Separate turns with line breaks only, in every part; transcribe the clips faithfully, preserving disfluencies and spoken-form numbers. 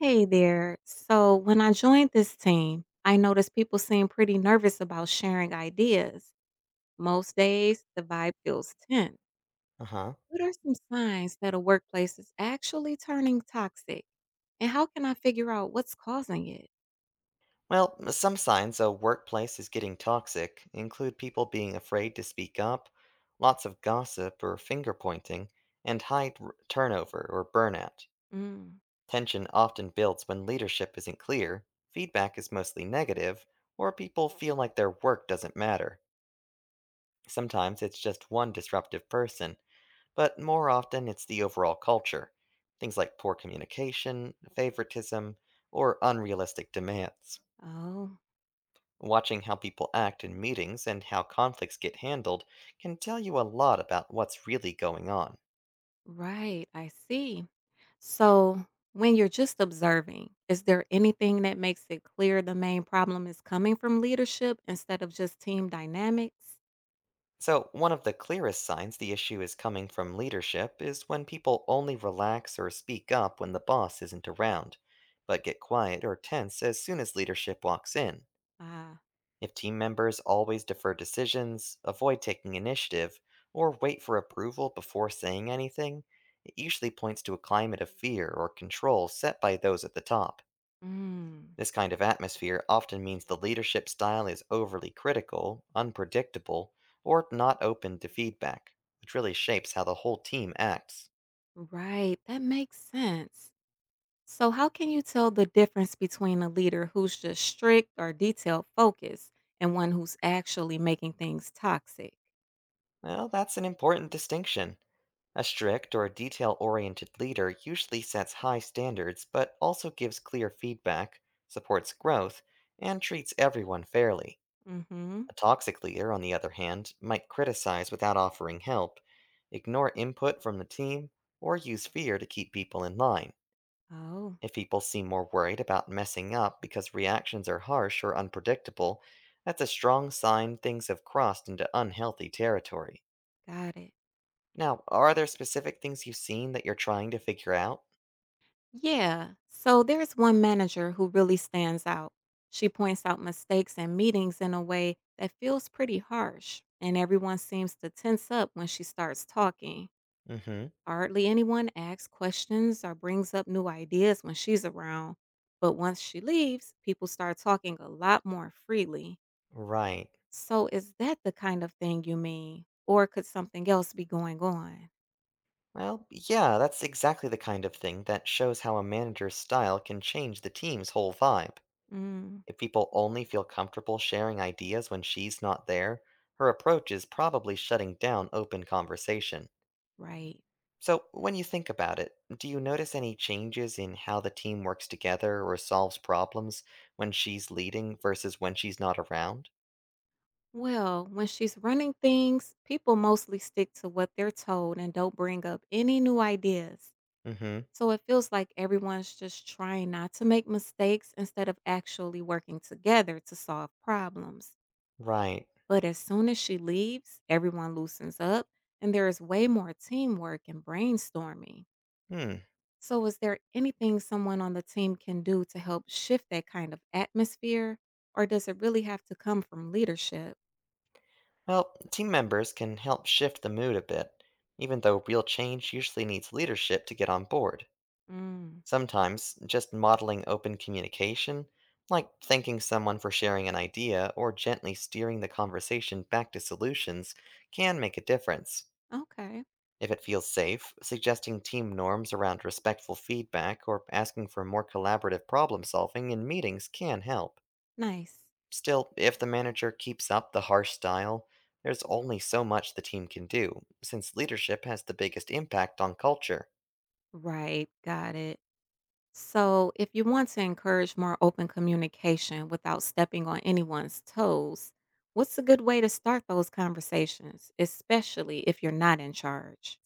Hey there. So, when I joined this team, I noticed people seem pretty nervous about sharing ideas. Most days, the vibe feels tense.
Uh huh.
What are some signs that a workplace is actually turning toxic? And how can I figure out what's causing it?
Well, some signs a workplace is getting toxic include people being afraid to speak up, lots of gossip or finger pointing, and high r- turnover or burnout.
Mm.
Tension often builds when leadership isn't clear, feedback is mostly negative, or people feel like their work doesn't matter. Sometimes it's just one disruptive person, but more often it's the overall culture. Things like poor communication, favoritism, or unrealistic demands.
Oh,
Watching how people act in meetings and how conflicts get handled can tell you a lot about what's really going on.
right. I see. So, when you're just observing, is there anything that makes it clear the main problem is coming from leadership instead of just team dynamics?
So, one of the clearest signs the issue is coming from leadership is when people only relax or speak up when the boss isn't around, but get quiet or tense as soon as leadership walks in.
Ah,
If team members always defer decisions, avoid taking initiative, or wait for approval before saying anything, it usually points to a climate of fear or control set by those at the top.
mm.
This kind of atmosphere often means the leadership style is overly critical, unpredictable, or not open to feedback, which really shapes how the whole team acts.
Right, that makes sense. So, how can you tell the difference between a leader who's just strict or detail focused and one who's actually making things toxic?
Well, that's an important distinction. A strict or detail oriented leader usually sets high standards but also gives clear feedback, supports growth, and treats everyone fairly.
Mm-hmm.
A toxic leader, on the other hand, might criticize without offering help, ignore input from the team, or use fear to keep people in line.
Oh,
If people seem more worried about messing up because reactions are harsh or unpredictable, that's a strong sign things have crossed into unhealthy territory.
got it.
Now, are there specific things you've seen that you're trying to figure out?
Yeah. So, there's one manager who really stands out. She points out mistakes in meetings in a way that feels pretty harsh, and everyone seems to tense up when she starts talking.
Mm hmm.
Hardly anyone asks questions or brings up new ideas when she's around, but once she leaves, people start talking a lot more freely.
Right.
So, is that the kind of thing you mean? Or could something else be going on?
Well, yeah, that's exactly the kind of thing that shows how a manager's style can change the team's whole vibe.
Mm,
If people only feel comfortable sharing ideas when she's not there, her approach is probably shutting down open conversation.
right.
So, when you think about it, do you notice any changes in how the team works together or solves problems when she's leading versus when she's not around?
Well, when she's running things, people mostly stick to what they're told and don't bring up any new ideas.
Hmm.
So it feels like everyone's just trying not to make mistakes instead of actually working together to solve problems.
Right.
But as soon as she leaves, everyone loosens up and there is way more teamwork and brainstorming.
Hmm.
So, is there anything someone on the team can do to help shift that kind of atmosphere? Or does it really have to come from leadership?
Well, team members can help shift the mood a bit, even though real change usually needs leadership to get on board.
Mm,
Sometimes, just modeling open communication, like thanking someone for sharing an idea or gently steering the conversation back to solutions, can make a difference.
okay,
If it feels safe, suggesting team norms around respectful feedback or asking for more collaborative problem solving in meetings can help.
nice.
Still, if the manager keeps up the harsh style, there's only so much the team can do, since leadership has the biggest impact on culture.
Right, got it. So, if you want to encourage more open communication without stepping on anyone's toes, what's a good way to start those conversations, especially if you're not in charge?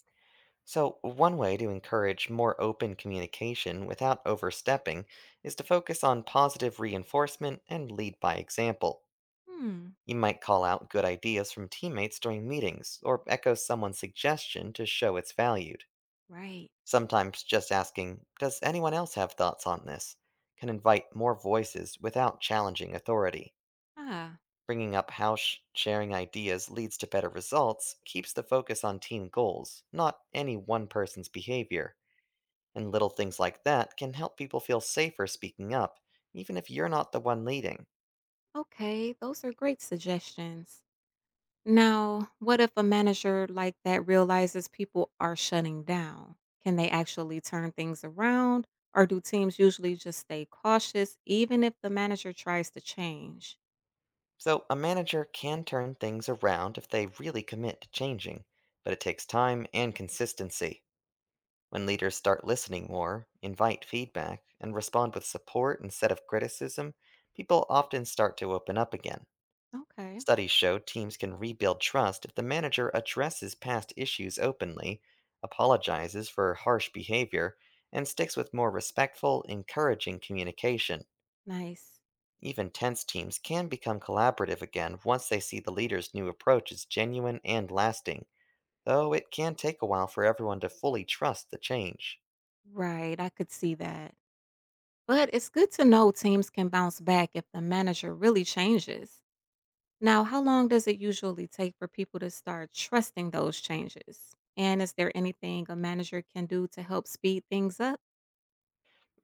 So, one way to encourage more open communication without overstepping is to focus on positive reinforcement and lead by example.
Hmm.
You might call out good ideas from teammates during meetings, or echo someone's suggestion to show it's valued.
Right.
Sometimes just asking, does anyone else have thoughts on this? Can invite more voices without challenging authority.
Ah,
Bringing up how sh- sharing ideas leads to better results keeps the focus on team goals, not any one person's behavior. And little things like that can help people feel safer speaking up, even if you're not the one leading.
okay. Those are great suggestions. Now, what if a manager like that realizes people are shutting down? Can they actually turn things around? Or do teams usually just stay cautious even if the manager tries to change?
So, a manager can turn things around if they really commit to changing, but it takes time and consistency. When leaders start listening more, invite feedback, and respond with support instead of criticism, people often start to open up again.
Okay,
Studies show teams can rebuild trust if the manager addresses past issues openly, apologizes for harsh behavior, and sticks with more respectful, encouraging communication.
nice.
Even tense teams can become collaborative again once they see the leader's new approach is genuine and lasting, though it can take a while for everyone to fully trust the change.
Right, I could see that. But it's good to know teams can bounce back if the manager really changes. Now, how long does it usually take for people to start trusting those changes? And is there anything a manager can do to help speed things up?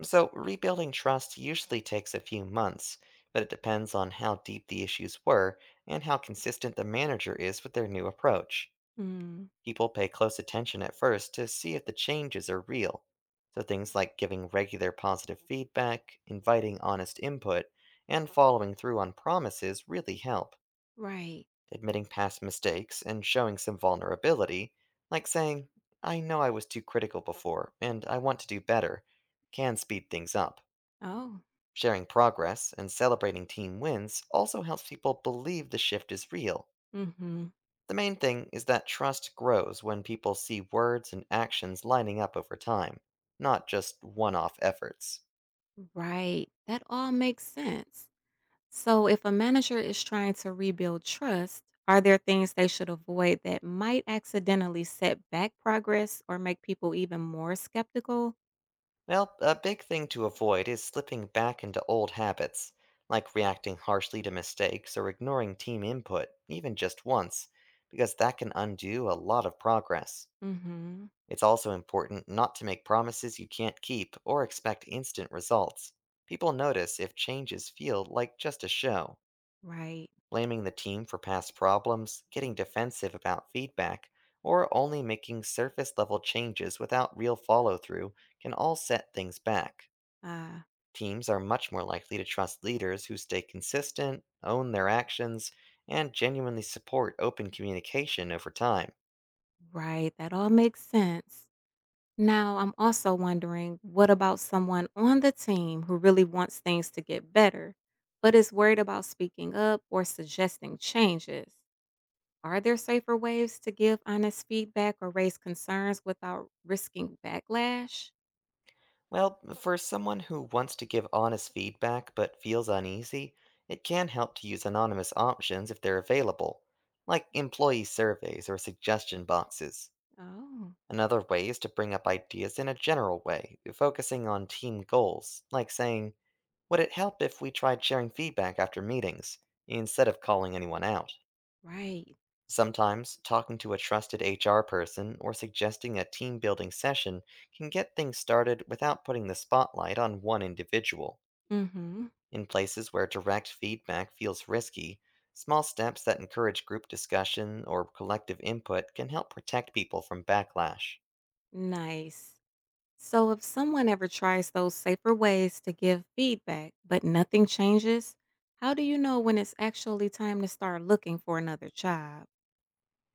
So, rebuilding trust usually takes a few months, but it depends on how deep the issues were and how consistent the manager is with their new approach.
Mm,
People pay close attention at first to see if the changes are real, so things like giving regular positive feedback, inviting honest input, and following through on promises really help.
right.
Admitting past mistakes and showing some vulnerability, like saying, I know I was too critical before and I want to do better, can speed things up.
Oh,
Sharing progress and celebrating team wins also helps people believe the shift is real.
mm-hmm.
The main thing is that trust grows when people see words and actions lining up over time, not just one off efforts.
Right. That all makes sense. So, if a manager is trying to rebuild trust, are there things they should avoid that might accidentally set back progress or make people even more skeptical?
Well, a big thing to avoid is slipping back into old habits, like reacting harshly to mistakes or ignoring team input, even just once, because that can undo a lot of progress.
Mm-hmm.
It's also important not to make promises you can't keep or expect instant results. People notice if changes feel like just a show.
Right.
Blaming the team for past problems, getting defensive about feedback, or only making surface level changes without real follow through can all set things back.
Uh,
Teams are much more likely to trust leaders who stay consistent, own their actions, and genuinely support open communication over time.
right. That all makes sense. Now, I'm also wondering what about someone on the team who really wants things to get better, but is worried about speaking up or suggesting changes? Are there safer ways to give honest feedback or raise concerns without risking backlash?
Well, for someone who wants to give honest feedback but feels uneasy, it can help to use anonymous options if they're available, like employee surveys or suggestion boxes.
Oh,
Another way is to bring up ideas in a general way, focusing on team goals, like saying, would it help if we tried sharing feedback after meetings, instead of calling anyone out?
right.
Sometimes, talking to a trusted H R person or suggesting a team building session can get things started without putting the spotlight on one individual.
Mhm.
In places where direct feedback feels risky, small steps that encourage group discussion or collective input can help protect people from backlash.
Nice. So if someone ever tries those safer ways to give feedback but nothing changes, how do you know when it's actually time to start looking for another job?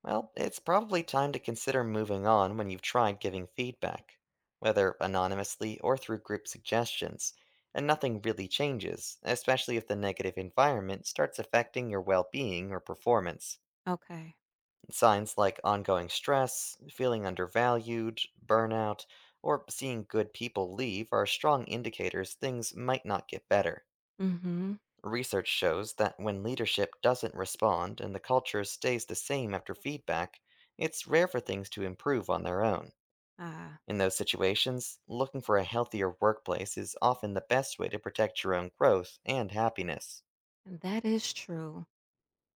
Well, it's probably time to consider moving on when you've tried giving feedback, whether anonymously or through group suggestions, and nothing really changes, especially if the negative environment starts affecting your well being or performance.
Okay.
Signs like ongoing stress, feeling undervalued, burnout, or seeing good people leave are strong indicators things might not get better.
Mhm.
Research shows that when leadership doesn't respond and the culture stays the same after feedback, it's rare for things to improve on their own.
Ah,
In those situations, looking for a healthier workplace is often the best way to protect your own growth and happiness.
that is true.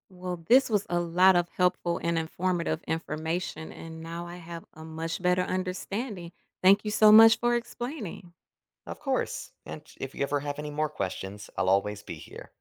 Well, this was a lot of helpful and informative information, and now I have a much better understanding. Thank you so much for explaining.
Of course, and if you ever have any more questions, I'll always be here.